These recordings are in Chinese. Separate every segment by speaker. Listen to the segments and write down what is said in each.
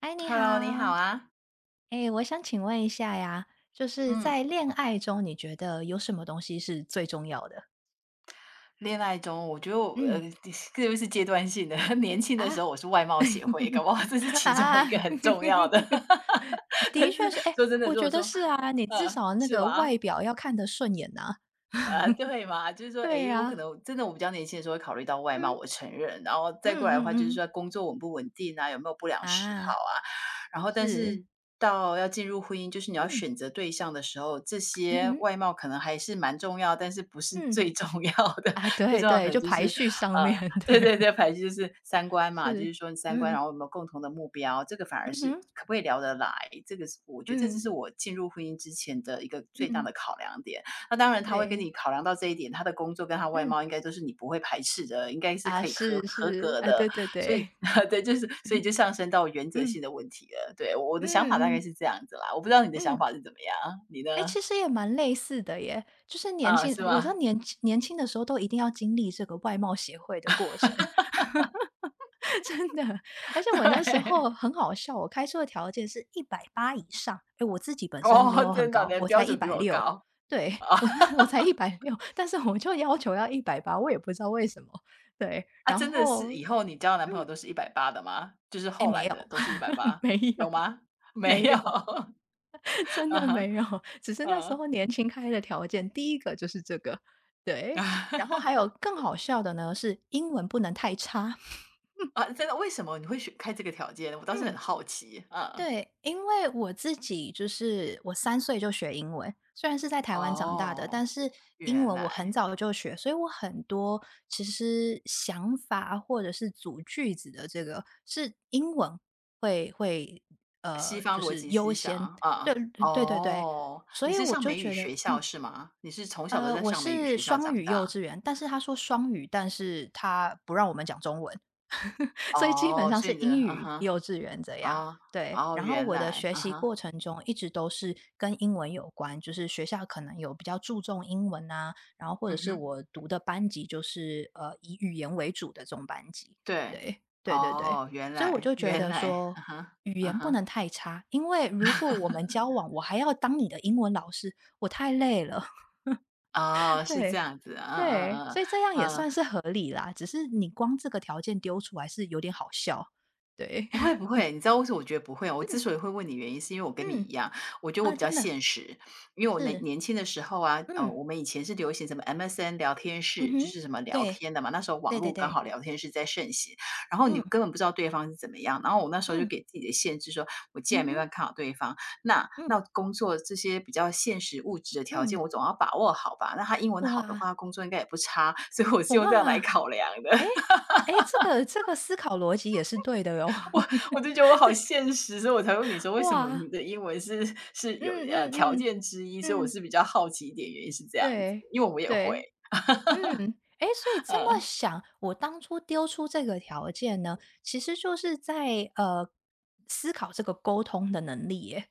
Speaker 1: 嗨，你好。
Speaker 2: Hello，你好啊。
Speaker 1: 哎，我想请问一下呀，就是
Speaker 2: 嗯。
Speaker 1: 在恋爱中，你觉得有什么东西是最重要的？
Speaker 2: 恋爱中，我觉得
Speaker 1: 嗯，
Speaker 2: 这个是阶段性的。年轻的时
Speaker 1: 啊，
Speaker 2: 候我是外貌协会，搞不好这是其中
Speaker 1: 啊，
Speaker 2: 一个很重要的。但
Speaker 1: 的
Speaker 2: 是
Speaker 1: 确是，哎，
Speaker 2: 说真的，
Speaker 1: 我
Speaker 2: 如果
Speaker 1: 觉得是啊，你至
Speaker 2: 呃，
Speaker 1: 少那
Speaker 2: 是
Speaker 1: 个
Speaker 2: 吧？
Speaker 1: 外表要看得顺眼呐。
Speaker 2: 啊，对嘛，就是说，
Speaker 1: 对
Speaker 2: 诶，我可
Speaker 1: 呀，
Speaker 2: 能真的我比较年轻的时候会考虑到外貌，我承认，然后
Speaker 1: 嗯
Speaker 2: 再过
Speaker 1: 嗯
Speaker 2: 来的话，
Speaker 1: 嗯
Speaker 2: 就是
Speaker 1: 嗯，
Speaker 2: 说工作稳不稳定啊，有没有不良嗜好
Speaker 1: 啊，
Speaker 2: 啊，然后但
Speaker 1: 是，
Speaker 2: 是到要进入婚姻，就是你要
Speaker 1: 嗯，
Speaker 2: 选择对象的时候，这
Speaker 1: 嗯
Speaker 2: 些
Speaker 1: 哼，
Speaker 2: 外貌可能还是蛮重要，但是不是
Speaker 1: 嗯，
Speaker 2: 最重要的，
Speaker 1: 啊，
Speaker 2: 最
Speaker 1: 对
Speaker 2: 重要可
Speaker 1: 对，
Speaker 2: 能
Speaker 1: 就
Speaker 2: 就是，
Speaker 1: 排序上面，
Speaker 2: 对对对，
Speaker 1: 对，
Speaker 2: 反正就是三观嘛，就
Speaker 1: 是，
Speaker 2: 是说你三观，然
Speaker 1: 嗯，
Speaker 2: 后有没有共同的目标，这个反而
Speaker 1: 嗯
Speaker 2: 是
Speaker 1: 哼，
Speaker 2: 可不可以聊得来，这个是我觉得这就
Speaker 1: 嗯，
Speaker 2: 是我进入婚姻之前的一个最大
Speaker 1: 嗯，
Speaker 2: 的考量点。那当然他会跟你
Speaker 1: 对，
Speaker 2: 考量到这一点，他的工作跟他外
Speaker 1: 嗯。
Speaker 2: 貌应该都是你不会排斥的，应该是
Speaker 1: 啊，
Speaker 2: 可以合
Speaker 1: 是
Speaker 2: 合
Speaker 1: 是，
Speaker 2: 格
Speaker 1: 啊，
Speaker 2: 的。
Speaker 1: 对对
Speaker 2: 所以
Speaker 1: 对，
Speaker 2: 对，就是所以就上升到原 则性
Speaker 1: 嗯，
Speaker 2: 的问题了。对，我的
Speaker 1: 嗯
Speaker 2: 想法大概
Speaker 1: 嗯
Speaker 2: 是这样子啦，我不知道你的想
Speaker 1: 嗯，
Speaker 2: 法是怎么样，你呢？
Speaker 1: 哎，其实也蛮类似的耶，就是年
Speaker 2: 啊，
Speaker 1: 轻
Speaker 2: 是
Speaker 1: 我知道
Speaker 2: 吗？
Speaker 1: 年轻的时候都一定要经历这个外貌协会的过程，真的。而 且我那时
Speaker 2: 对，
Speaker 1: 候很好笑，我开出的条件是一百八以上，哎，我自己本身没
Speaker 2: 哦，
Speaker 1: 有很
Speaker 2: 真的，你
Speaker 1: 高，
Speaker 2: 的
Speaker 1: 我
Speaker 2: 标
Speaker 1: 才一
Speaker 2: 准比
Speaker 1: 百
Speaker 2: 我
Speaker 1: 六，
Speaker 2: 高
Speaker 1: 对，
Speaker 2: 啊。
Speaker 1: 我 我才一 百六，但是我就要求要一百八，我也不知道为什么，对，
Speaker 2: 啊，
Speaker 1: 然
Speaker 2: 真的
Speaker 1: 后
Speaker 2: 是以后你交的男朋友
Speaker 1: 嗯，
Speaker 2: 都是一百八的吗？就是
Speaker 1: 哎，
Speaker 2: 后
Speaker 1: 没
Speaker 2: 来
Speaker 1: 有，
Speaker 2: 的都是一百 八，
Speaker 1: 没
Speaker 2: 有
Speaker 1: 有，
Speaker 2: 吗？没
Speaker 1: 没
Speaker 2: 有，
Speaker 1: 有。真
Speaker 2: 啊
Speaker 1: 的
Speaker 2: 哈，
Speaker 1: 没有，只是那时
Speaker 2: 嗯。
Speaker 1: 候年轻开的条件，第一个就是这个，对。然后
Speaker 2: 啊
Speaker 1: 还 有更好笑的呢，是英文不能太差。
Speaker 2: 啊，真的，为什么你会选开这个条件？我倒是很
Speaker 1: 嗯，
Speaker 2: 好奇，嗯。
Speaker 1: 对，因为我自己就是我3岁就学英文，虽然是在台湾长大的，
Speaker 2: 哦，
Speaker 1: 但是英
Speaker 2: 原
Speaker 1: 文我
Speaker 2: 来，
Speaker 1: 很早就学，所以我很多其实想法或者是组句子的这个是英文会，
Speaker 2: 西方
Speaker 1: 就
Speaker 2: 逻
Speaker 1: 是
Speaker 2: 辑
Speaker 1: 优
Speaker 2: 思想，
Speaker 1: 先。对
Speaker 2: 啊。
Speaker 1: 嗯对对对，
Speaker 2: 哦，
Speaker 1: 所
Speaker 2: 你
Speaker 1: 以
Speaker 2: 是
Speaker 1: 我
Speaker 2: 上
Speaker 1: 就
Speaker 2: 美语
Speaker 1: 觉得，
Speaker 2: 学校
Speaker 1: 嗯，
Speaker 2: 是吗？你是从小都在
Speaker 1: 我
Speaker 2: 上美语
Speaker 1: 是
Speaker 2: 学校
Speaker 1: 双
Speaker 2: 长
Speaker 1: 语幼
Speaker 2: 大？
Speaker 1: 稚园，但是他说双语，但是他不让我们讲中文，所以基本
Speaker 2: 哦，
Speaker 1: 上
Speaker 2: 所
Speaker 1: 是
Speaker 2: 以你的
Speaker 1: 英
Speaker 2: 嗯
Speaker 1: 语
Speaker 2: 哼，
Speaker 1: 幼稚园这样。
Speaker 2: 啊，
Speaker 1: 对，
Speaker 2: 哦，
Speaker 1: 然后
Speaker 2: 原
Speaker 1: 我的
Speaker 2: 来，
Speaker 1: 学
Speaker 2: 嗯
Speaker 1: 习
Speaker 2: 哼，
Speaker 1: 过程中一直都是跟英文有关，就是学校可能有比较注重英文啊，然后或
Speaker 2: 嗯
Speaker 1: 者是
Speaker 2: 哼，
Speaker 1: 我读的班级就是以语言为主的这种班级。
Speaker 2: 对，
Speaker 1: 对，对对对，
Speaker 2: 哦，原
Speaker 1: 所以我
Speaker 2: 来，
Speaker 1: 就觉
Speaker 2: 原
Speaker 1: 得
Speaker 2: 来，嗯
Speaker 1: 说
Speaker 2: 哼，
Speaker 1: 语
Speaker 2: 嗯
Speaker 1: 言不
Speaker 2: 哼，
Speaker 1: 能太差，因为如果我们交往，我还要当你的英文老师，我太累了。
Speaker 2: 哦，是这
Speaker 1: 对，
Speaker 2: 样子，嗯嗯
Speaker 1: 对，
Speaker 2: 嗯，
Speaker 1: 所以这样也
Speaker 2: 嗯。
Speaker 1: 算是合理啦，只是你光这个条件丢出来是有点好笑，对。
Speaker 2: 不会不 会，你知道为什么我觉得不会啊？我之
Speaker 1: 嗯，
Speaker 2: 所以会问你原因是因为我跟你
Speaker 1: 嗯，
Speaker 2: 一样，我觉得我
Speaker 1: 啊，
Speaker 2: 比较
Speaker 1: 真的，
Speaker 2: 现实。因为我年
Speaker 1: 是，
Speaker 2: 年轻的时候啊，
Speaker 1: 嗯，
Speaker 2: 我们以前是流行什么 MSN 聊天
Speaker 1: 嗯
Speaker 2: 室，就
Speaker 1: 哼，
Speaker 2: 是什么聊
Speaker 1: 对，
Speaker 2: 天的嘛，那时候网
Speaker 1: 对对
Speaker 2: 络刚
Speaker 1: 对，
Speaker 2: 好聊天室在盛行，然后你
Speaker 1: 嗯，
Speaker 2: 根本不知道对方是怎么样，然后我那时候就
Speaker 1: 嗯，
Speaker 2: 给自己的限制说，我既然
Speaker 1: 嗯
Speaker 2: 没办
Speaker 1: 哼，
Speaker 2: 法看好对方，那
Speaker 1: 嗯，
Speaker 2: 那工作这些比较现实物质的条件，
Speaker 1: 嗯，
Speaker 2: 我总要把握好吧？那他英文好的话，
Speaker 1: 哇，
Speaker 2: 他工作应该也不差，所以我是用这样来
Speaker 1: 哇，
Speaker 2: 考量的。
Speaker 1: 诶，这个思考逻辑也是对的哟，
Speaker 2: 我我就 觉得我好现实，所以我才问你说为什么
Speaker 1: 哇，
Speaker 2: 你的英文是有
Speaker 1: 嗯嗯
Speaker 2: 条
Speaker 1: 嗯，
Speaker 2: 件之一，所以我
Speaker 1: 嗯，
Speaker 2: 是比较好奇一点，原因是这样子，
Speaker 1: 对，
Speaker 2: 因为我也会，
Speaker 1: 对。嗯，诶，所以这么
Speaker 2: 嗯。
Speaker 1: 想，我当初丢出这个条件呢，其实就是在，思考这个沟通的能力耶。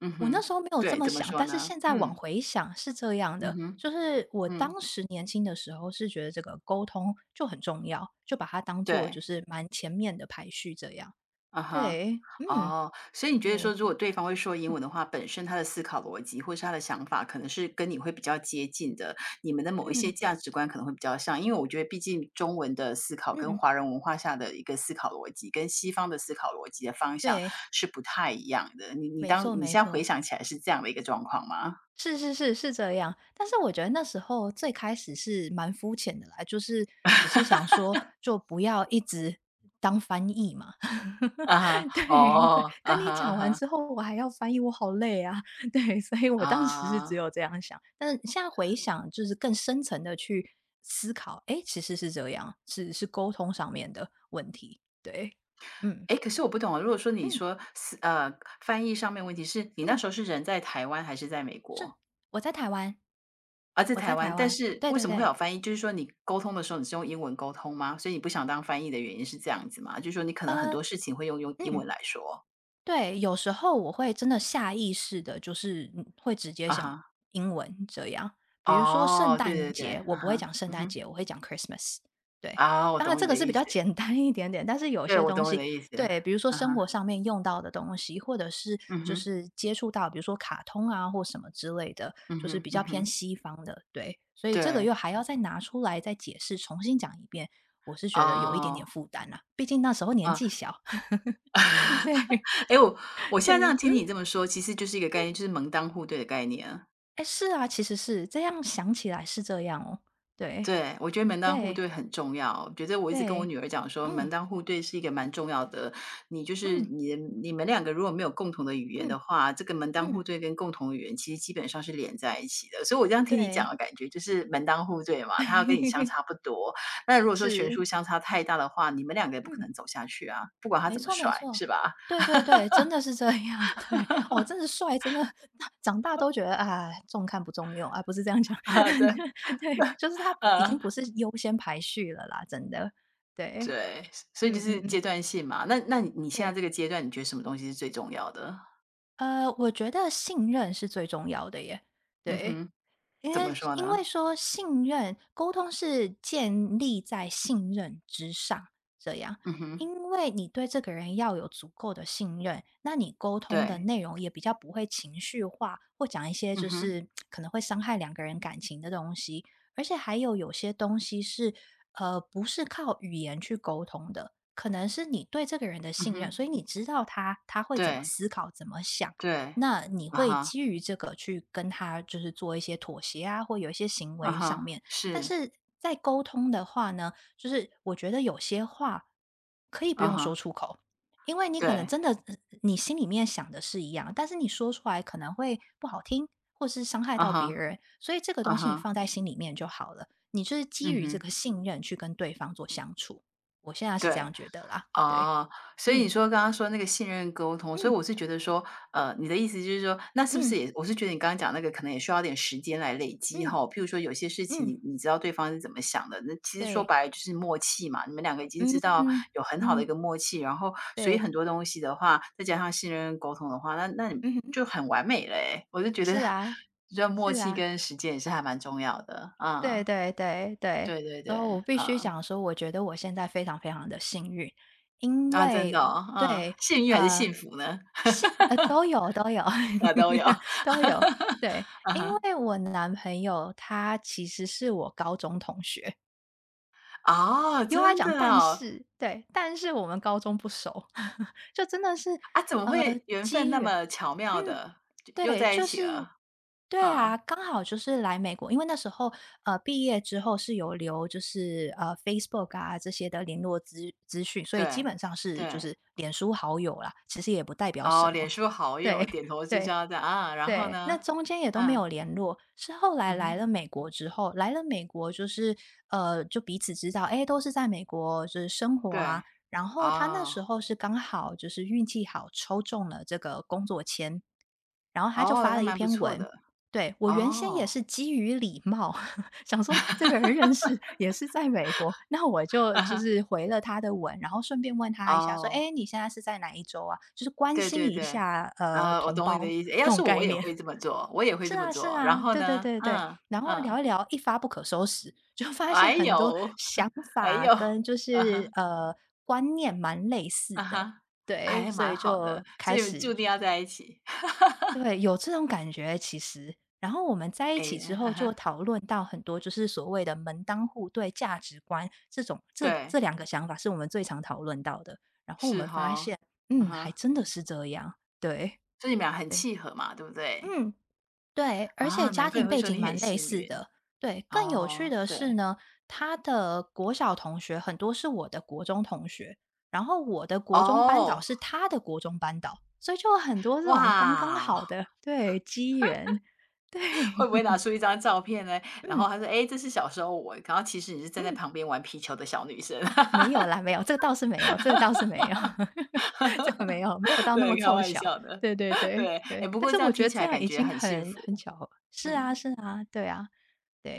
Speaker 2: 嗯
Speaker 1: 我那
Speaker 2: 哼，
Speaker 1: 时候没有这
Speaker 2: 对，
Speaker 1: 么
Speaker 2: 怎么
Speaker 1: 想，
Speaker 2: 说
Speaker 1: 但是
Speaker 2: 呢？
Speaker 1: 现在往
Speaker 2: 嗯，
Speaker 1: 回想是这样
Speaker 2: 嗯
Speaker 1: 的，
Speaker 2: 哼，
Speaker 1: 就是我
Speaker 2: 嗯，
Speaker 1: 当时年轻的时候是觉得这个沟通就很重要，就把它当做就
Speaker 2: 对。
Speaker 1: 是蛮前面的排序这样。
Speaker 2: 啊哈，
Speaker 1: 对，嗯，
Speaker 2: 哦，所以你觉得说，
Speaker 1: 对，
Speaker 2: 如果对方会说英
Speaker 1: 嗯，
Speaker 2: 文的话，本身他的思考逻辑或是他的想法，可能是跟你会比较接近的，你们的某一些
Speaker 1: 嗯，
Speaker 2: 价值观可能会比较像。因为我觉得，毕竟中文的思考跟
Speaker 1: 嗯，
Speaker 2: 华人文化下的一个思考逻辑，跟西方的思考逻辑的方向
Speaker 1: 对，
Speaker 2: 是不太一样的。你
Speaker 1: 没
Speaker 2: 当
Speaker 1: 错
Speaker 2: 你
Speaker 1: 没
Speaker 2: 现在回
Speaker 1: 错。
Speaker 2: 想起来是这样的一个状况吗？
Speaker 1: 是是是，是这样。但是我觉得那时候最开始是蛮肤浅的啦，就是只是 想说，就不要一直当翻译嘛。
Speaker 2: 啊哈，
Speaker 1: 对对，
Speaker 2: 哦，啊
Speaker 1: 跟
Speaker 2: 哈
Speaker 1: 你
Speaker 2: 啊
Speaker 1: 讲完
Speaker 2: 哈，
Speaker 1: 之后，我还要翻译，我好累啊。对，所以我当时是只
Speaker 2: 啊。
Speaker 1: 有这样想，但是现在回想，就是更深层的去思考，诶，其实是这样，是沟通上面的问题。对，嗯
Speaker 2: 哎，可是我不懂啊，如果说你
Speaker 1: 嗯
Speaker 2: 说是呃，翻译上面问题是你那
Speaker 1: 嗯，
Speaker 2: 时候是人在台湾还是在美
Speaker 1: 是
Speaker 2: 国？
Speaker 1: 我在台湾，
Speaker 2: 啊，在
Speaker 1: 我
Speaker 2: 台
Speaker 1: 在
Speaker 2: 湾，
Speaker 1: 台
Speaker 2: 但
Speaker 1: 湾，
Speaker 2: 是
Speaker 1: 对
Speaker 2: 为
Speaker 1: 对
Speaker 2: 什么会有
Speaker 1: 对，
Speaker 2: 翻译？就是说你沟通的时候你是用英文沟通吗？所以你不想当翻译的原因是这样子吗？就是说你可能很
Speaker 1: 呃，
Speaker 2: 多事情会用英
Speaker 1: 嗯。
Speaker 2: 文来说。
Speaker 1: 对，有时候我会真的下意识的，就是，会直接
Speaker 2: 啊
Speaker 1: 想
Speaker 2: 哈，
Speaker 1: 英文这样。比如说圣
Speaker 2: 哦，对对
Speaker 1: 诞
Speaker 2: 对，
Speaker 1: 节，我
Speaker 2: 啊
Speaker 1: 不会
Speaker 2: 哈，
Speaker 1: 讲圣
Speaker 2: 嗯
Speaker 1: 诞
Speaker 2: 哼，
Speaker 1: 节，我会讲 Christmas,对。
Speaker 2: 啊，我
Speaker 1: 当然
Speaker 2: 懂你
Speaker 1: 这
Speaker 2: 的
Speaker 1: 个是比
Speaker 2: 意思，
Speaker 1: 较简单一点点，但是有
Speaker 2: 对，
Speaker 1: 些
Speaker 2: 我
Speaker 1: 东
Speaker 2: 懂你
Speaker 1: 西
Speaker 2: 的意思，
Speaker 1: 对，比如说
Speaker 2: 啊
Speaker 1: 生
Speaker 2: 哈，
Speaker 1: 活上面用到的东西，或者是
Speaker 2: 嗯
Speaker 1: 就
Speaker 2: 哼，
Speaker 1: 是接触到，比如说卡通啊或什么之类的，
Speaker 2: 嗯
Speaker 1: 就是
Speaker 2: 哼，
Speaker 1: 比
Speaker 2: 嗯
Speaker 1: 较偏
Speaker 2: 哼，
Speaker 1: 西方的，对。所以
Speaker 2: 对，
Speaker 1: 这个又还要再拿出来再解释，重新讲一遍，我是觉得有一点
Speaker 2: 哦，
Speaker 1: 点负担啦，毕竟那时候年
Speaker 2: 啊。
Speaker 1: 纪小，对，
Speaker 2: 哎，我现在这样听
Speaker 1: 对。
Speaker 2: 你这么说，其实就是一个概念，就是门当户对的概念啊。
Speaker 1: 哎，是啊，其实是，这样想起来是这样哦。对，
Speaker 2: 对，我觉得门当户
Speaker 1: 对，
Speaker 2: 对很重要。我觉得我一直跟我
Speaker 1: 对，
Speaker 2: 女儿讲说，门
Speaker 1: 嗯，
Speaker 2: 当户对是一个蛮重要的。你就是
Speaker 1: 嗯，
Speaker 2: 你你们两个如果没有共同的语言的
Speaker 1: 嗯，
Speaker 2: 话，这个门当
Speaker 1: 嗯，
Speaker 2: 户对跟共同语言其实基本上是连在一起的。所以我这样听你讲
Speaker 1: 对，
Speaker 2: 的感觉就是门当户对嘛，他要跟你相差不多。那如果说悬
Speaker 1: 是，
Speaker 2: 殊相差太大的话，你们两个也不可
Speaker 1: 嗯，
Speaker 2: 能走下去啊，不管他
Speaker 1: 没
Speaker 2: 怎么
Speaker 1: 错没
Speaker 2: 帅，
Speaker 1: 错。
Speaker 2: 是吧？
Speaker 1: 对对对，真的是这样，对。哦，真的帅，真的 长大都觉得，啊，重看不重用，啊，不是这样讲，
Speaker 2: 啊，对，
Speaker 1: 对，就是他不已经
Speaker 2: 啊。
Speaker 1: 不是优先排序了啦，真的。对，
Speaker 2: 对，所以就
Speaker 1: 嗯
Speaker 2: 是
Speaker 1: 嗯
Speaker 2: 阶
Speaker 1: 嗯，
Speaker 2: 段性嘛。那你你现在
Speaker 1: 对。
Speaker 2: 这个阶段，你觉得什么东西是最重要的？
Speaker 1: 我觉得信任是最重要的耶，
Speaker 2: 嗯
Speaker 1: 对。
Speaker 2: 哼，
Speaker 1: 因
Speaker 2: 怎么
Speaker 1: 为
Speaker 2: 说
Speaker 1: 因为
Speaker 2: 呢？
Speaker 1: 说信任沟通是建立在信任之上，这样，
Speaker 2: 嗯哼，
Speaker 1: 因为你对这个人要有足够的信任，那你沟通的
Speaker 2: 对，
Speaker 1: 内容也比较不会情绪化，或讲一些
Speaker 2: 嗯
Speaker 1: 就
Speaker 2: 哼，
Speaker 1: 是可能会伤害两个人感情的东西，而且还有些东西是不是靠语言去沟通的，可能是你对这个人的
Speaker 2: 嗯
Speaker 1: 信任，
Speaker 2: 哼，
Speaker 1: 所以你知道他会怎么
Speaker 2: 对，
Speaker 1: 思考、怎么想。
Speaker 2: 对，
Speaker 1: 那你
Speaker 2: 啊
Speaker 1: 会
Speaker 2: 哈，
Speaker 1: 基于这个去跟他就是做一些妥协啊，或有一些行
Speaker 2: 啊
Speaker 1: 为上
Speaker 2: 哈，
Speaker 1: 面，但
Speaker 2: 是，
Speaker 1: 是在沟通的话呢，就是我觉得有些话可以不
Speaker 2: 啊
Speaker 1: 用
Speaker 2: 哈，
Speaker 1: 说出口，因为你可能
Speaker 2: 对，
Speaker 1: 真的你心里面想的是一样，但是你说出来可能会不好听，或是伤害
Speaker 2: 啊
Speaker 1: 到
Speaker 2: 哈，
Speaker 1: 别人，所以这个
Speaker 2: 啊
Speaker 1: 东西你
Speaker 2: 哈，
Speaker 1: 放在心里面就好了。你就是基
Speaker 2: 嗯
Speaker 1: 于这
Speaker 2: 哼，
Speaker 1: 个信任去跟对方做相处，我现在是这
Speaker 2: 对。
Speaker 1: 样觉得啦。对，
Speaker 2: 哦，所以你
Speaker 1: 嗯
Speaker 2: 说刚刚说那个信任沟通，所以
Speaker 1: 嗯
Speaker 2: 我是觉得说，你的意思就是说，那是不
Speaker 1: 嗯
Speaker 2: 是也我是觉得你刚刚讲那个可能也需要点时间来累积哈，
Speaker 1: 嗯
Speaker 2: 譬如说有些事情
Speaker 1: 嗯，
Speaker 2: 你知道对方是怎么想的，那其实说
Speaker 1: 对。
Speaker 2: 白了就是默契嘛，你们两个已经知
Speaker 1: 嗯，
Speaker 2: 道有很好的一
Speaker 1: 嗯，
Speaker 2: 个默契，然后所以
Speaker 1: 对，
Speaker 2: 很多东西的话，再加上信任沟通的话，那你
Speaker 1: 嗯哼，
Speaker 2: 就很完美了。诶，我就觉得
Speaker 1: 是啊，
Speaker 2: 这默
Speaker 1: 是
Speaker 2: 契
Speaker 1: 啊，
Speaker 2: 跟时间也是还蛮重要的，啊。
Speaker 1: 对对对对。
Speaker 2: 对对对，
Speaker 1: 然后我必须
Speaker 2: 啊
Speaker 1: 讲说，我觉得我现在非常非常的幸运，因
Speaker 2: 啊，真
Speaker 1: 为
Speaker 2: 的
Speaker 1: 我
Speaker 2: 哦，嗯，
Speaker 1: 对，
Speaker 2: 幸运还是
Speaker 1: 呃，
Speaker 2: 幸福呢？
Speaker 1: 都有都有
Speaker 2: 我都有。
Speaker 1: 都有，对，因为我男朋友他其实是我高中同学，
Speaker 2: 哦，
Speaker 1: 又爱
Speaker 2: 真
Speaker 1: 讲
Speaker 2: 的
Speaker 1: 但
Speaker 2: 哦，
Speaker 1: 是，对，但是我们高中不熟，就真的是
Speaker 2: 啊，怎么
Speaker 1: 呃
Speaker 2: 会缘分
Speaker 1: 机
Speaker 2: 那
Speaker 1: 缘。
Speaker 2: 么巧妙
Speaker 1: 嗯，
Speaker 2: 的，又
Speaker 1: 对，
Speaker 2: 在一
Speaker 1: 就
Speaker 2: 起
Speaker 1: 是
Speaker 2: 了？
Speaker 1: 对啊，
Speaker 2: 嗯，
Speaker 1: 刚好就是来美国，因为那时候毕业之后是有留就是Facebook 啊这些的联络资讯，所以基
Speaker 2: 对，
Speaker 1: 本上是就
Speaker 2: 对，
Speaker 1: 是脸书好友啦，其实也不代表
Speaker 2: 哦，
Speaker 1: 什
Speaker 2: 脸
Speaker 1: 么。
Speaker 2: 书好
Speaker 1: 对
Speaker 2: 友，点头 之
Speaker 1: 对
Speaker 2: 交的啊，然后
Speaker 1: 对，那
Speaker 2: 呢？
Speaker 1: 中间也都没
Speaker 2: 嗯，
Speaker 1: 有联络，是后
Speaker 2: 嗯
Speaker 1: 来来
Speaker 2: 哼，
Speaker 1: 了美国之后，来了美国就是就彼此知道，哎，都是在美国就是生活
Speaker 2: 对，
Speaker 1: 啊。然后他那
Speaker 2: 哦，
Speaker 1: 时候是刚好就是运气好抽中了这个工作签，然后他就
Speaker 2: 哦，
Speaker 1: 发
Speaker 2: 那
Speaker 1: 了一
Speaker 2: 蛮不
Speaker 1: 篇
Speaker 2: 错
Speaker 1: 文，
Speaker 2: 的，
Speaker 1: 对，我原先也
Speaker 2: 哦，
Speaker 1: 是基于礼貌，想说这个人认识也是在美国，那我就就 是回了他的文，然后顺便问他一下说：
Speaker 2: 哦，
Speaker 1: “哎，你现在是在哪一州啊？"就是关
Speaker 2: 对
Speaker 1: 心
Speaker 2: 对
Speaker 1: 一
Speaker 2: 对，
Speaker 1: 下，
Speaker 2: 啊，我
Speaker 1: 同
Speaker 2: 懂你的
Speaker 1: 胞
Speaker 2: 意思，诶要
Speaker 1: 这
Speaker 2: 是
Speaker 1: 种
Speaker 2: 我，我
Speaker 1: 概
Speaker 2: 也
Speaker 1: 念。
Speaker 2: 会这 么做，我也会
Speaker 1: 是
Speaker 2: 这么
Speaker 1: 啊是
Speaker 2: 做，然
Speaker 1: 啊，
Speaker 2: 后
Speaker 1: 对对
Speaker 2: 呢？
Speaker 1: 对对，
Speaker 2: 嗯，
Speaker 1: 然后
Speaker 2: 嗯，
Speaker 1: 聊一聊，一发不可收拾，就发现
Speaker 2: 哎
Speaker 1: 很多
Speaker 2: 呦，
Speaker 1: 想
Speaker 2: 哎
Speaker 1: 法
Speaker 2: 呦，
Speaker 1: 跟就
Speaker 2: 嗯
Speaker 1: 是
Speaker 2: 哼。
Speaker 1: 观念蛮类
Speaker 2: 啊
Speaker 1: 似的，
Speaker 2: 哈，
Speaker 1: 对，
Speaker 2: 哎，
Speaker 1: 所
Speaker 2: 蛮
Speaker 1: 以
Speaker 2: 好的，
Speaker 1: 就
Speaker 2: 所
Speaker 1: 开
Speaker 2: 以
Speaker 1: 始
Speaker 2: 注定
Speaker 1: 就
Speaker 2: 要
Speaker 1: 是
Speaker 2: 在一起。
Speaker 1: 对，有这种感觉其实。然后我们在一起
Speaker 2: 哎，
Speaker 1: 之
Speaker 2: 啊
Speaker 1: 后，
Speaker 2: 哈，
Speaker 1: 就讨论到很多，就是所谓的门当户对、价值观这种，这
Speaker 2: 对，
Speaker 1: 两个想法是我们最常讨论到的。然后我
Speaker 2: 是
Speaker 1: 们发
Speaker 2: 哈，
Speaker 1: 现，
Speaker 2: 嗯
Speaker 1: 嗯，
Speaker 2: 哼，
Speaker 1: 还真的是这样。对，
Speaker 2: 所以你们俩很
Speaker 1: 对，
Speaker 2: 契合嘛，对不对？
Speaker 1: 嗯。对，而且
Speaker 2: 啊，
Speaker 1: 家
Speaker 2: 难怪
Speaker 1: 庭
Speaker 2: 你会
Speaker 1: 背
Speaker 2: 说
Speaker 1: 景
Speaker 2: 你很
Speaker 1: 蛮类
Speaker 2: 幸
Speaker 1: 似
Speaker 2: 运。
Speaker 1: 的。对，更有趣
Speaker 2: 哦，
Speaker 1: 的
Speaker 2: 对，
Speaker 1: 是呢，他的国小同学很多是我的国中同学，然后我的国中班导
Speaker 2: 哦，
Speaker 1: 是他的国中班导，所以就有很多这种刚刚好
Speaker 2: 哇，
Speaker 1: 的对机缘。对，
Speaker 2: 会不会拿出一张照片呢？然后
Speaker 1: 嗯
Speaker 2: 他说："哎，这是小时候我。"然后其实你是站在
Speaker 1: 嗯
Speaker 2: 旁边玩皮球的小女生。
Speaker 1: 啊，没有 啦，没有，这个倒是没有，这个倒是没有，这个没有，没有到那么
Speaker 2: 对，开
Speaker 1: 凑
Speaker 2: 玩
Speaker 1: 巧。
Speaker 2: 笑的，
Speaker 1: 对对对
Speaker 2: 对。哎，
Speaker 1: 对，
Speaker 2: 不
Speaker 1: 但
Speaker 2: 过
Speaker 1: 是
Speaker 2: 这
Speaker 1: 我
Speaker 2: 样
Speaker 1: 觉
Speaker 2: 听
Speaker 1: 得
Speaker 2: 起
Speaker 1: 这
Speaker 2: 来
Speaker 1: 样
Speaker 2: 感
Speaker 1: 已
Speaker 2: 觉
Speaker 1: 经
Speaker 2: 很幸
Speaker 1: 很
Speaker 2: 福，
Speaker 1: 巧合。是啊
Speaker 2: 嗯。
Speaker 1: 是啊，对啊，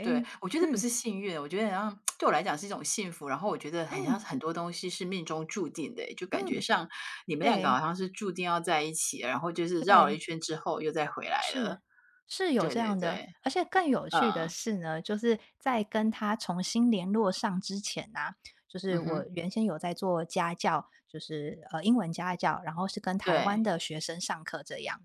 Speaker 2: 对，我觉得不
Speaker 1: 嗯
Speaker 2: 是幸运，我觉得好像对我来讲是一种幸福。然后我觉得很像
Speaker 1: 嗯。
Speaker 2: 很多东西是命中注定的欸，就感觉
Speaker 1: 嗯，
Speaker 2: 像你们两个好
Speaker 1: 对，
Speaker 2: 像是注定要在一起，然后就是绕了一
Speaker 1: 对，
Speaker 2: 圈之后又再回来了。
Speaker 1: 是，是有
Speaker 2: 对
Speaker 1: 这
Speaker 2: 对
Speaker 1: 样的。
Speaker 2: 对，
Speaker 1: 而且更有趣的
Speaker 2: 嗯，
Speaker 1: 是呢，就是在跟他重新联络上之前呢，就是
Speaker 2: 嗯
Speaker 1: 我
Speaker 2: 哼，
Speaker 1: 原先有在做家教，就是，英文家教，然后是跟台湾
Speaker 2: 对，
Speaker 1: 的学生上课这样。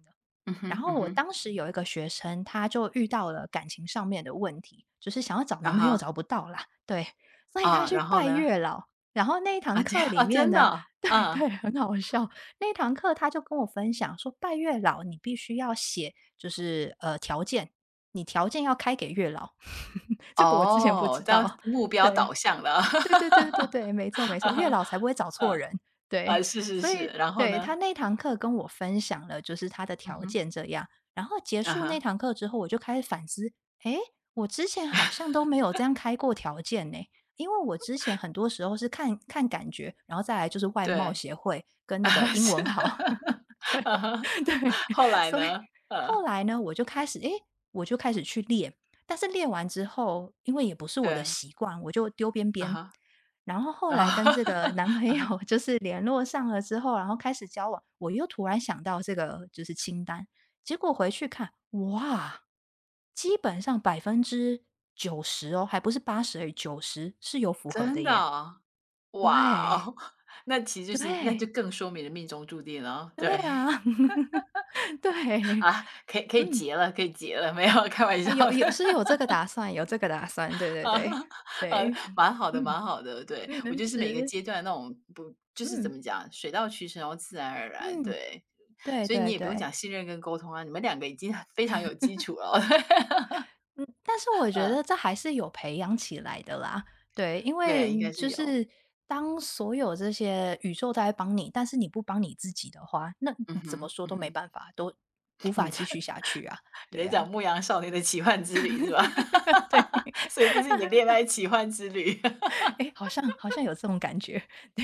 Speaker 2: 嗯
Speaker 1: 然
Speaker 2: 哼，
Speaker 1: 后
Speaker 2: 嗯
Speaker 1: 我
Speaker 2: 哼，
Speaker 1: 当时有一个学生，他就遇到了感情上面的问题，就是想要找
Speaker 2: 啊
Speaker 1: 男朋友
Speaker 2: 哈，
Speaker 1: 找不到啦，对，所以他
Speaker 2: 啊，
Speaker 1: 去
Speaker 2: 然后
Speaker 1: 拜
Speaker 2: 呢？
Speaker 1: 月老。然后那一
Speaker 2: 啊，
Speaker 1: 堂
Speaker 2: 这
Speaker 1: 课
Speaker 2: 啊，
Speaker 1: 里面
Speaker 2: 真的
Speaker 1: 呢
Speaker 2: 哦，
Speaker 1: 对
Speaker 2: 嗯，
Speaker 1: 对，很好笑。那一堂课他就跟我分享说，拜月老你必须要写，就是条件，你条件要开给月老，这个我之前不
Speaker 2: 哦，
Speaker 1: 知
Speaker 2: 这样
Speaker 1: 道，
Speaker 2: 目标
Speaker 1: 对。
Speaker 2: 导向了，
Speaker 1: 对对对对对，没错 没
Speaker 2: 啊
Speaker 1: 错，月
Speaker 2: 哈，
Speaker 1: 老才不会找错
Speaker 2: 嗯
Speaker 1: 人。
Speaker 2: 啊，
Speaker 1: 对，
Speaker 2: 是是
Speaker 1: 所
Speaker 2: 是，
Speaker 1: 以
Speaker 2: 然后
Speaker 1: 对，
Speaker 2: 呢？
Speaker 1: 他那堂课跟我分享了就是他的
Speaker 2: 嗯
Speaker 1: 条
Speaker 2: 哼，
Speaker 1: 件这样，然后结
Speaker 2: 啊
Speaker 1: 束那
Speaker 2: 哈，
Speaker 1: 堂课之后，我就开始反思，诶，我之前好像都没有这样开过条件呢。因为我之前很多时候是看看感觉，然后再来就是外貌
Speaker 2: 对。
Speaker 1: 协会 跟
Speaker 2: 啊
Speaker 1: 那个
Speaker 2: 哈，
Speaker 1: 英
Speaker 2: 是
Speaker 1: 文好。
Speaker 2: 啊哈，
Speaker 1: 对，
Speaker 2: 后来
Speaker 1: 所以
Speaker 2: 呢？
Speaker 1: 后来呢，我就开始去练，但是练完之后，因为也不是我的
Speaker 2: 对，
Speaker 1: 习惯，我就丢边
Speaker 2: 啊
Speaker 1: 边。
Speaker 2: 哈，
Speaker 1: 然后后
Speaker 2: 啊
Speaker 1: 来
Speaker 2: 哈，
Speaker 1: 跟这个 男朋
Speaker 2: 啊哈，
Speaker 1: 友 就是联络上了之后，然后开始交往，我又突然想到这个就是清单，结果回去看，哇，基本上90%哦，还不是八十而已，九十是有符合的
Speaker 2: 真的
Speaker 1: 耶。
Speaker 2: 哦？哇
Speaker 1: 对，
Speaker 2: 哦，那其实就是那就
Speaker 1: 对，
Speaker 2: 更说明了命中注定了哦，
Speaker 1: 对
Speaker 2: 对
Speaker 1: 啊，对，
Speaker 2: 啊，可以可以
Speaker 1: 嗯。
Speaker 2: 结了，可以结了，没有开玩
Speaker 1: 啊，
Speaker 2: 笑
Speaker 1: 有
Speaker 2: 的
Speaker 1: 有是 有这个打算有这个打算，对对
Speaker 2: 啊，
Speaker 1: 对，对，
Speaker 2: 蛮好的，
Speaker 1: 嗯，
Speaker 2: 蛮好的，对，我
Speaker 1: 嗯，
Speaker 2: 就是每个
Speaker 1: 是，
Speaker 2: 阶段那种不就是怎
Speaker 1: 嗯，
Speaker 2: 么讲，水到渠成，然后自然而然，
Speaker 1: 嗯，
Speaker 2: 对，
Speaker 1: 对
Speaker 2: 所以你
Speaker 1: 对
Speaker 2: 也不用
Speaker 1: 对，
Speaker 2: 讲信任跟沟通啊，你们两个已经 非常有基础了，
Speaker 1: 嗯，但是我觉得这还是有培养起来的啦，对，因
Speaker 2: 对，
Speaker 1: 为
Speaker 2: 应该是
Speaker 1: 就
Speaker 2: 有。
Speaker 1: 是当所有这些宇宙都在帮你，但是你不帮你自己的话，那你
Speaker 2: 嗯
Speaker 1: 怎么
Speaker 2: 哼，
Speaker 1: 说
Speaker 2: 嗯
Speaker 1: 都没
Speaker 2: 哼，
Speaker 1: 办法，都无
Speaker 2: 你
Speaker 1: 法
Speaker 2: 在
Speaker 1: 继续下去啊，
Speaker 2: 你
Speaker 1: 对
Speaker 2: 在讲
Speaker 1: 啊，
Speaker 2: 《牧羊少年的奇幻之旅》是吧？
Speaker 1: 对，
Speaker 2: 所以这是你的恋爱奇幻之旅。
Speaker 1: 哎，好像有这种感觉，对，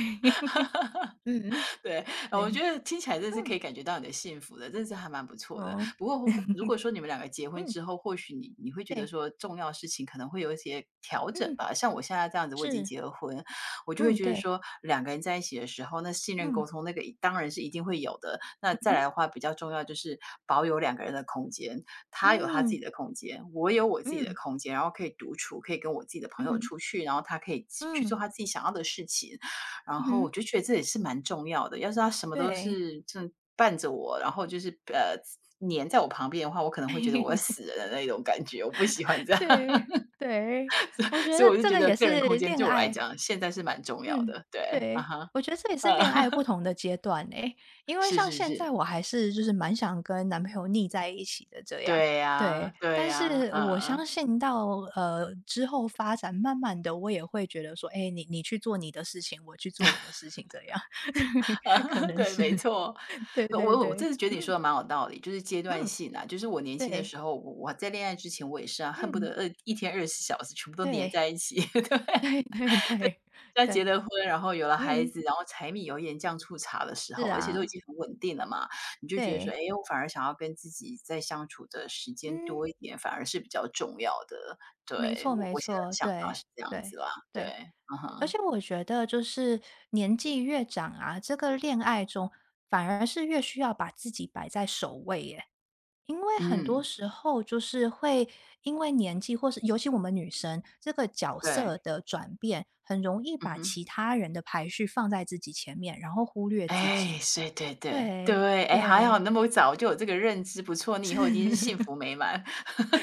Speaker 1: 嗯，
Speaker 2: 对，我觉
Speaker 1: 对，
Speaker 2: 得听起来真的是可
Speaker 1: 嗯，
Speaker 2: 以感觉到你的幸福的，真的是还蛮不错的。
Speaker 1: 哦，
Speaker 2: 不过或如果说你们两个结婚
Speaker 1: 嗯，
Speaker 2: 之后，或许你会觉得
Speaker 1: 对。
Speaker 2: 说重要事情可能会有一些调整
Speaker 1: 嗯，
Speaker 2: 吧。像我现在这样子，我已经
Speaker 1: 是，
Speaker 2: 结了婚，我就会
Speaker 1: 嗯，
Speaker 2: 觉得
Speaker 1: 对，
Speaker 2: 说两个人在一起的时候，那信任沟
Speaker 1: 嗯，
Speaker 2: 通那个一当然是一定会有的。那
Speaker 1: 嗯
Speaker 2: 再来
Speaker 1: 哼，
Speaker 2: 的话，比较重要就是保有两个人的空间，他有他自己
Speaker 1: 嗯，
Speaker 2: 的空间，我有我自己的
Speaker 1: 嗯，
Speaker 2: 空间，然后可以独处，可以跟我自己的朋
Speaker 1: 嗯
Speaker 2: 友
Speaker 1: 哼，
Speaker 2: 出去，然后他可以去
Speaker 1: 嗯，
Speaker 2: 做他自己想要的事情。然
Speaker 1: 嗯
Speaker 2: 后我
Speaker 1: 哼，
Speaker 2: 就觉得这也是蛮重要的，要是他什么都
Speaker 1: 对，
Speaker 2: 是正伴着我，然后就是,黏在我旁边的话，我可能会觉得我要死了的那种感觉，我不喜欢这样，
Speaker 1: 对，对，我觉
Speaker 2: 所以
Speaker 1: 得
Speaker 2: 我就
Speaker 1: 这
Speaker 2: 觉
Speaker 1: 个
Speaker 2: 得
Speaker 1: 也
Speaker 2: 个人
Speaker 1: 是
Speaker 2: 空间
Speaker 1: 恋
Speaker 2: 对我来
Speaker 1: 爱，
Speaker 2: 讲现在是蛮重要
Speaker 1: 嗯，
Speaker 2: 的，对，啊
Speaker 1: 对，
Speaker 2: 哈，
Speaker 1: 我觉得这也是
Speaker 2: 呃，
Speaker 1: 恋爱不 同的阶段诶，因为
Speaker 2: 是
Speaker 1: 像
Speaker 2: 是
Speaker 1: 现在
Speaker 2: 是，
Speaker 1: 我还是就是蛮想跟男朋友腻在一起的这样，
Speaker 2: 对呀，
Speaker 1: 对，
Speaker 2: 对
Speaker 1: 但
Speaker 2: 呀，
Speaker 1: 是我
Speaker 2: 嗯，
Speaker 1: 相信到之后发展，慢慢的我也会觉得说，哎，你去做你的事情，我去做我的事情，这样，可 能
Speaker 2: 对，
Speaker 1: 是。
Speaker 2: 没错。
Speaker 1: 对对
Speaker 2: 我
Speaker 1: 对，
Speaker 2: 真这次觉得你说
Speaker 1: 嗯
Speaker 2: 的蛮有道理，就是阶段
Speaker 1: 嗯，
Speaker 2: 性啊，就是我年轻的
Speaker 1: 对，
Speaker 2: 时候，我在恋爱之前，我也是啊，恨不得
Speaker 1: 嗯，
Speaker 2: 一天24小时全部都黏
Speaker 1: 对，
Speaker 2: 在一起，对。
Speaker 1: 对对对
Speaker 2: 在结
Speaker 1: 对，
Speaker 2: 了婚，然后有了孩
Speaker 1: 嗯，
Speaker 2: 子，然后柴米油盐酱醋茶的时候，
Speaker 1: 是
Speaker 2: 而且都已
Speaker 1: 啊，
Speaker 2: 经很稳定了嘛，你就觉得说，哎，
Speaker 1: 对，
Speaker 2: 我反而想要跟自己在相处的时间
Speaker 1: 嗯，
Speaker 2: 多一点，反而是比较重要的。
Speaker 1: 没
Speaker 2: 对，
Speaker 1: 错
Speaker 2: 我
Speaker 1: 没
Speaker 2: 我现在的
Speaker 1: 错，
Speaker 2: 想法
Speaker 1: 对
Speaker 2: 是这样子
Speaker 1: 对
Speaker 2: 啦，对，
Speaker 1: 对，
Speaker 2: 嗯
Speaker 1: 而
Speaker 2: 哼，
Speaker 1: 且我觉得就是年纪越长啊，这个恋爱中反而是越需要把自己摆在首位耶。因为很多
Speaker 2: 嗯，
Speaker 1: 时候就是会因为年纪，或是尤其我们女生这个角色
Speaker 2: 对，
Speaker 1: 的转变，很容易
Speaker 2: 嗯
Speaker 1: 把
Speaker 2: 哼。
Speaker 1: 其他人的排序放在自己前面，然后忽略自
Speaker 2: 哎，
Speaker 1: 己。
Speaker 2: 是，对对
Speaker 1: 对，
Speaker 2: 对，哎，还好
Speaker 1: 对，
Speaker 2: 那么早就有这个认知，不错，你以
Speaker 1: 是
Speaker 2: 后一定是幸 福美满。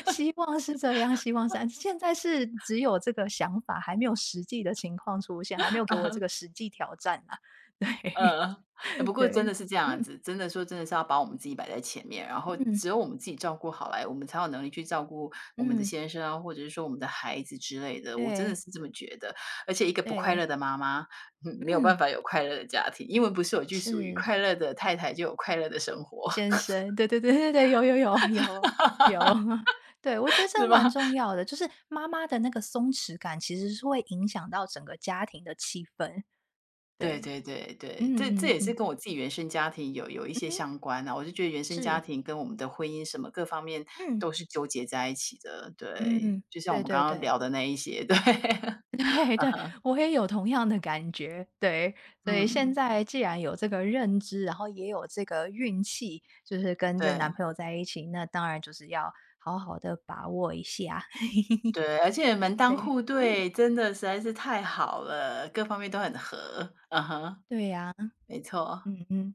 Speaker 1: 希望是这样，希望是这样现在是只有这个想法，还没有实际的情况出现，还没有给我这个实际挑战啊。
Speaker 2: 呃，
Speaker 1: 对，
Speaker 2: 哎，不过真
Speaker 1: 对，
Speaker 2: 的是这样
Speaker 1: 嗯
Speaker 2: 子，真的说真的是要把我们自己摆在前面，然后
Speaker 1: 嗯
Speaker 2: 只有我们自己照顾好来，我们才有能力去照顾我们的
Speaker 1: 嗯，
Speaker 2: 先生啊，或者是说我们的孩子之类的。我真的
Speaker 1: 对
Speaker 2: 是这么觉得，而且一个不快乐
Speaker 1: 对，
Speaker 2: 的妈妈，嗯，没有
Speaker 1: 嗯，
Speaker 2: 办法有快乐的家庭，因为不是有句俗语，
Speaker 1: 是。
Speaker 2: 快乐的太太就有快乐的生活，
Speaker 1: 先生，对对对对对，有有有有有，对，我觉得这
Speaker 2: 是
Speaker 1: 个蛮
Speaker 2: 吗？
Speaker 1: 重要的，就是妈妈的那个松弛感，其实是会影响到整个家庭的气氛。
Speaker 2: 对
Speaker 1: 对，
Speaker 2: 对对对，
Speaker 1: 嗯
Speaker 2: 这这
Speaker 1: 嗯
Speaker 2: 也是
Speaker 1: 嗯，
Speaker 2: 跟我自己原生家庭有一些
Speaker 1: 嗯
Speaker 2: 相关啊，我就觉得原生家
Speaker 1: 是，
Speaker 2: 庭跟我们的婚姻什么各方面
Speaker 1: 嗯
Speaker 2: 都是纠结在一起的，对，
Speaker 1: 嗯，
Speaker 2: 就像我
Speaker 1: 对
Speaker 2: 们刚
Speaker 1: 对
Speaker 2: 刚
Speaker 1: 对。
Speaker 2: 聊的那一些，对，
Speaker 1: 对对，我也有同样的感觉，对，所以现
Speaker 2: 嗯，
Speaker 1: 在既然有这个认知，然后也有这个运气，就是跟这男
Speaker 2: 对
Speaker 1: 朋友在一起，那当然就是要好好的把握一下，
Speaker 2: 对，而且门 当
Speaker 1: 对，
Speaker 2: 户
Speaker 1: 嗯，
Speaker 2: 对真的实在是太好了，各方面都很合，嗯哼，
Speaker 1: 对呀。
Speaker 2: 没错。
Speaker 1: 嗯嗯，